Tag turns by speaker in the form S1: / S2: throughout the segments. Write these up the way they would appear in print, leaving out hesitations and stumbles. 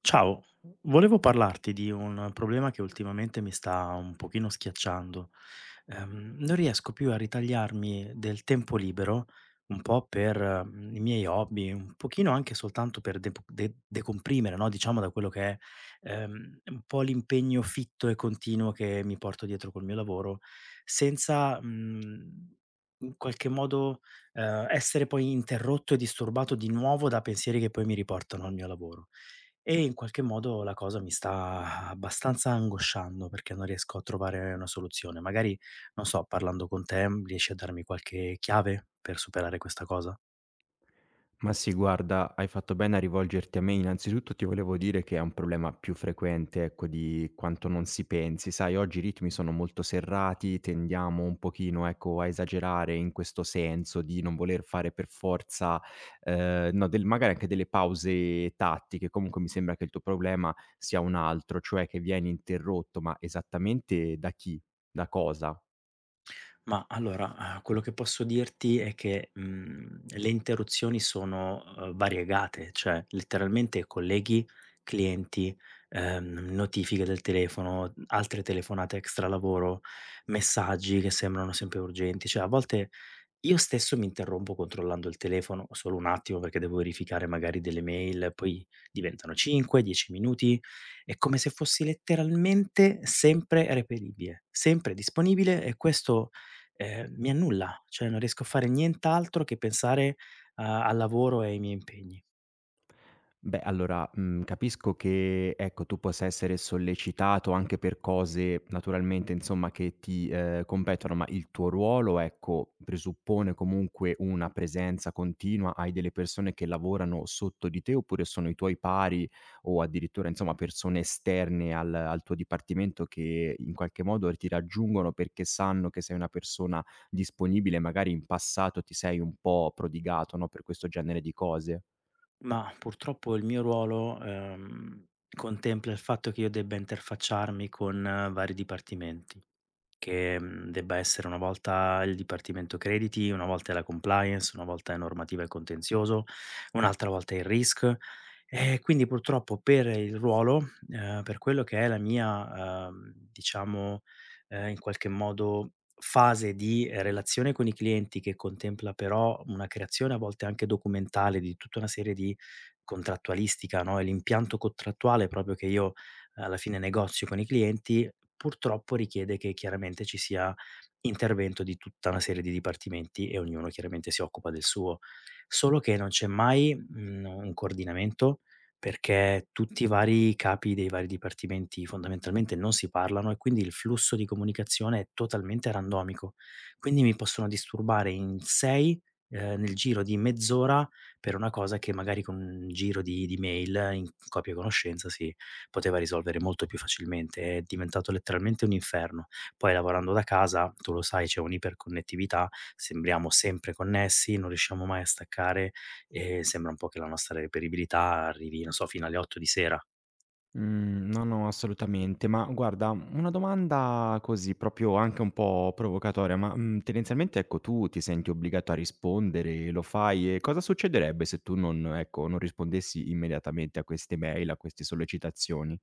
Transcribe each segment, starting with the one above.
S1: Ciao, volevo parlarti di un problema che ultimamente mi sta un pochino schiacciando. Non riesco più a ritagliarmi del tempo libero, un po' per i miei hobby, un pochino anche soltanto per decomprimere, no? Diciamo da quello che è un po' l'impegno fitto e continuo che mi porto dietro col mio lavoro, senza in qualche modo essere poi interrotto e disturbato di nuovo da pensieri che poi mi riportano al mio lavoro. E in qualche modo la cosa mi sta abbastanza angosciando perché non riesco a trovare una soluzione. Magari, non so, parlando con te, riesci a darmi qualche chiave per superare questa cosa?
S2: Ma sì, guarda, hai fatto bene a rivolgerti a me. Innanzitutto ti volevo dire che è un problema più frequente, ecco, di quanto non si pensi. Sai, oggi i ritmi sono molto serrati, tendiamo un pochino, ecco, a esagerare in questo senso di non voler fare per forza, no, magari anche delle pause tattiche. Comunque mi sembra che il tuo problema sia un altro, cioè che vieni interrotto, ma esattamente da chi? Da cosa?
S1: Ma allora, quello che posso dirti è che, le interruzioni sono, variegate, cioè letteralmente colleghi, clienti, notifiche del telefono, altre telefonate extra lavoro, messaggi che sembrano sempre urgenti. Cioè, a volte io stesso mi interrompo controllando il telefono solo un attimo perché devo verificare magari delle mail, poi diventano 5, 10 minuti. È come se fossi letteralmente sempre reperibile, sempre disponibile, e questo, mi annulla, cioè non riesco a fare nient'altro che pensare a al lavoro e ai miei impegni.
S2: Beh, allora, capisco che, ecco, tu possa essere sollecitato anche per cose, naturalmente, insomma, che ti, competono, ma il tuo ruolo, ecco, presuppone comunque una presenza continua? Hai delle persone che lavorano sotto di te oppure sono i tuoi pari o addirittura, insomma, persone esterne al tuo dipartimento che in qualche modo ti raggiungono perché sanno che sei una persona disponibile, magari in passato ti sei un po' prodigato, no, per questo genere di cose?
S1: Ma purtroppo il mio ruolo, contempla il fatto che io debba interfacciarmi con vari dipartimenti. Che, debba essere una volta il Dipartimento Crediti, una volta è la compliance, una volta è normativa e contenzioso, un'altra volta è il risk. E quindi purtroppo per il ruolo, per quello che è la mia, diciamo, in qualche modo fase di relazione con i clienti, che contempla però una creazione a volte anche documentale di tutta una serie di contrattualistica, no, e l'impianto contrattuale proprio che io alla fine negozio con i clienti, purtroppo richiede che chiaramente ci sia intervento di tutta una serie di dipartimenti, e ognuno chiaramente si occupa del suo. Solo che non c'è mai, un coordinamento, perché tutti i vari capi dei vari dipartimenti fondamentalmente non si parlano, e quindi il flusso di comunicazione è totalmente randomico. Quindi mi possono disturbare in 6, nel giro di mezz'ora, per una cosa che magari con un giro di mail in copia e conoscenza si poteva risolvere molto più facilmente. È diventato letteralmente un inferno. Poi lavorando da casa, tu lo sai, c'è un'iperconnettività, sembriamo sempre connessi, non riusciamo mai a staccare, e sembra un po' che la nostra reperibilità arrivi, non so, fino alle 8 di sera.
S2: Mhmm, no, no, assolutamente. Ma guarda, una domanda così proprio anche un po' provocatoria, ma, tendenzialmente, ecco, tu ti senti obbligato a rispondere, lo fai e cosa succederebbe se tu non ecco, non rispondessi immediatamente a queste mail, a queste sollecitazioni?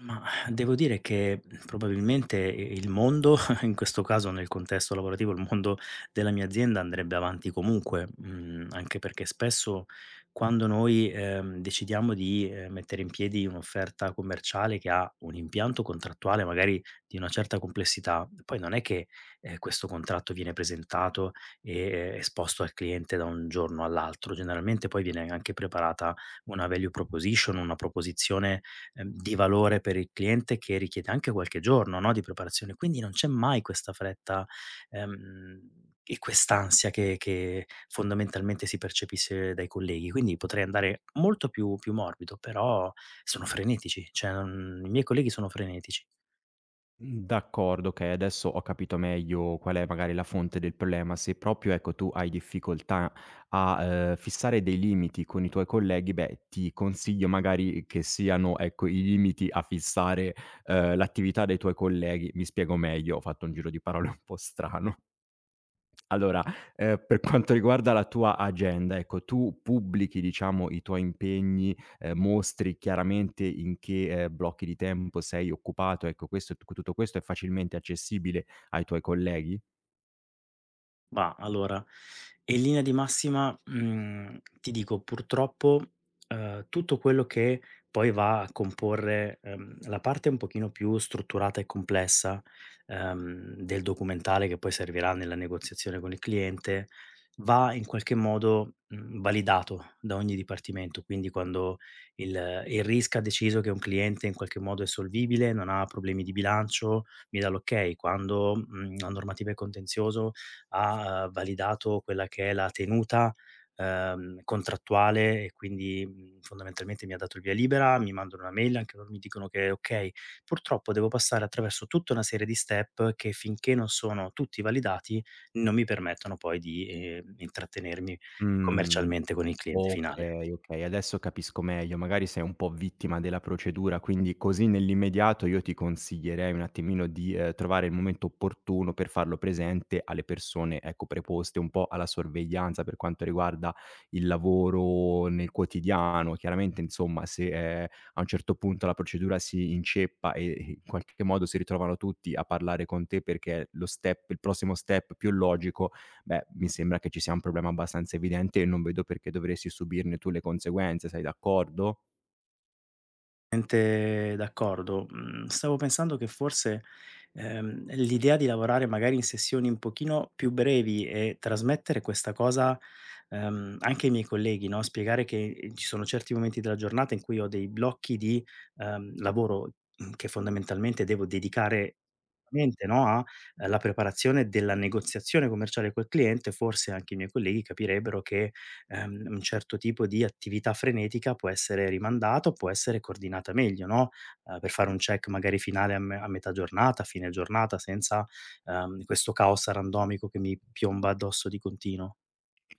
S1: Ma devo dire che probabilmente il mondo, in questo caso nel contesto lavorativo, il mondo della mia azienda andrebbe avanti comunque, anche perché spesso quando noi, decidiamo di, mettere in piedi un'offerta commerciale che ha un impianto contrattuale magari di una certa complessità, poi non è che, questo contratto viene presentato e esposto al cliente da un giorno all'altro. Generalmente poi viene anche preparata una value proposition, una proposizione di valore per il cliente, che richiede anche qualche giorno, no, di preparazione. Quindi non c'è mai questa fretta, e quest'ansia che fondamentalmente si percepisse dai colleghi. Quindi potrei andare molto più morbido, però sono frenetici, cioè non, i miei colleghi sono frenetici.
S2: Mhmm, d'accordo, okay, adesso ho capito meglio qual è magari la fonte del problema. Se proprio, ecco, tu hai difficoltà a, fissare dei limiti con i tuoi colleghi, beh, ti consiglio magari che siano, ecco, i limiti a fissare, l'attività dei tuoi colleghi. Mi spiego meglio, ho fatto un giro di parole un po' strano. Allora, per quanto riguarda la tua agenda, ecco, tu pubblichi diciamo i tuoi impegni, mostri chiaramente in che, blocchi di tempo sei occupato, ecco questo tutto questo è facilmente accessibile ai tuoi colleghi?
S1: Mah, allora, in linea di massima, ti dico purtroppo, tutto quello che poi va a comporre, la parte un pochino più strutturata e complessa, del documentale che poi servirà nella negoziazione con il cliente, va in qualche modo, validato da ogni dipartimento. Quindi quando il RISC ha deciso che un cliente in qualche modo è solvibile, non ha problemi di bilancio, mi dà l'ok, quando, la normativa è contenzioso ha, validato quella che è la tenuta, contrattuale, e quindi, fondamentalmente mi ha dato il via libera, mi mandano una mail, anche loro mi dicono che è okay. Purtroppo devo passare attraverso tutta una serie di step che, finché non sono tutti validati, non mi permettono poi di, intrattenermi
S2: Mh.
S1: commercialmente con il cliente finale.
S2: Okay, okay, adesso capisco meglio. Magari sei un po' vittima della procedura, quindi così nell'immediato io ti consiglierei un attimino di, trovare il momento opportuno per farlo presente alle persone, ecco, preposte un po' alla sorveglianza per quanto riguarda il lavoro nel quotidiano. Chiaramente, insomma, se, ehm, a un certo punto la procedura si inceppa e in qualche modo si ritrovano tutti a parlare con te perché lo step il prossimo step più logico beh, mi sembra che ci sia un problema abbastanza evidente e non vedo perché dovresti subirne tu le conseguenze, sei d'accordo?
S1: Mente d'accordo. Mhmm, Stavo pensando che forse, l'idea di lavorare magari in sessioni un pochino più brevi e trasmettere questa cosa, anche ai miei colleghi, no, spiegare che, ci sono certi momenti della giornata in cui ho dei blocchi di, lavoro, che fondamentalmente devo dedicare mente, no, a alla preparazione della negoziazione commerciale col cliente. Forse anche i miei colleghi capirebbero che un certo tipo di attività frenetica può essere rimandata o può essere coordinata meglio, no, per fare un check magari finale a me a metà giornata, a fine giornata, senza, questo caos randomico che mi piomba addosso di continuo.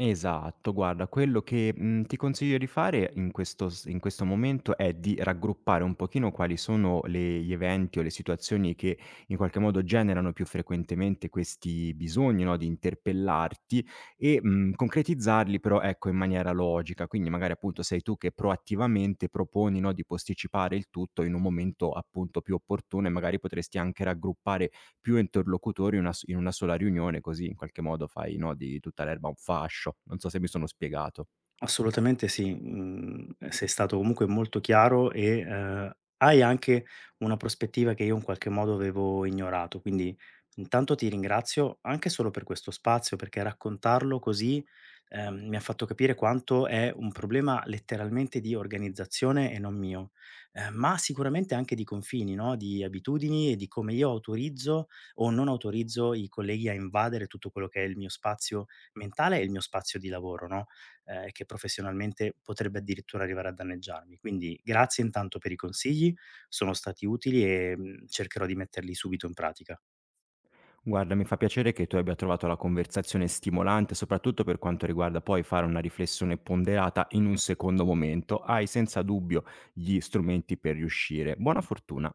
S2: Esatto, guarda, quello che, ti consiglio di fare in questo s in questo momento è di raggruppare un pochino quali sono le gli eventi o le situazioni che in qualche modo generano più frequentemente questi bisogni, no, di interpellarti e, concretizzarli però, ecco, in maniera logica. Quindi magari, appunto, sei tu che proattivamente proponi, no, di posticipare il tutto in un momento, appunto, più opportuno e magari potresti anche raggruppare più interlocutori in una s in una sola riunione, così in qualche modo fai, no, di tutta l'erba un fascio. Non so se mi sono spiegato.
S1: Assolutamente sì, sei stato comunque molto chiaro, e, hai anche una prospettiva che io in qualche modo avevo ignorato. Quindi intanto ti ringrazio anche solo per questo spazio, perché raccontarlo così, mi ha fatto capire quanto è un problema letteralmente di organizzazione e non mio, ma sicuramente anche di confini, no, di abitudini e di come io autorizzo o non autorizzo i colleghi a invadere tutto quello che è il mio spazio mentale e il mio spazio di lavoro, no? Che professionalmente potrebbe addirittura arrivare a danneggiarmi. Quindi grazie intanto per i consigli, sono stati utili, e, cercherò di metterli subito in pratica.
S2: Guarda, mi fa piacere che tu abbia trovato la conversazione stimolante, soprattutto per quanto riguarda poi fare una riflessione ponderata in un secondo momento. Hai senza dubbio gli strumenti per riuscire. Buona fortuna.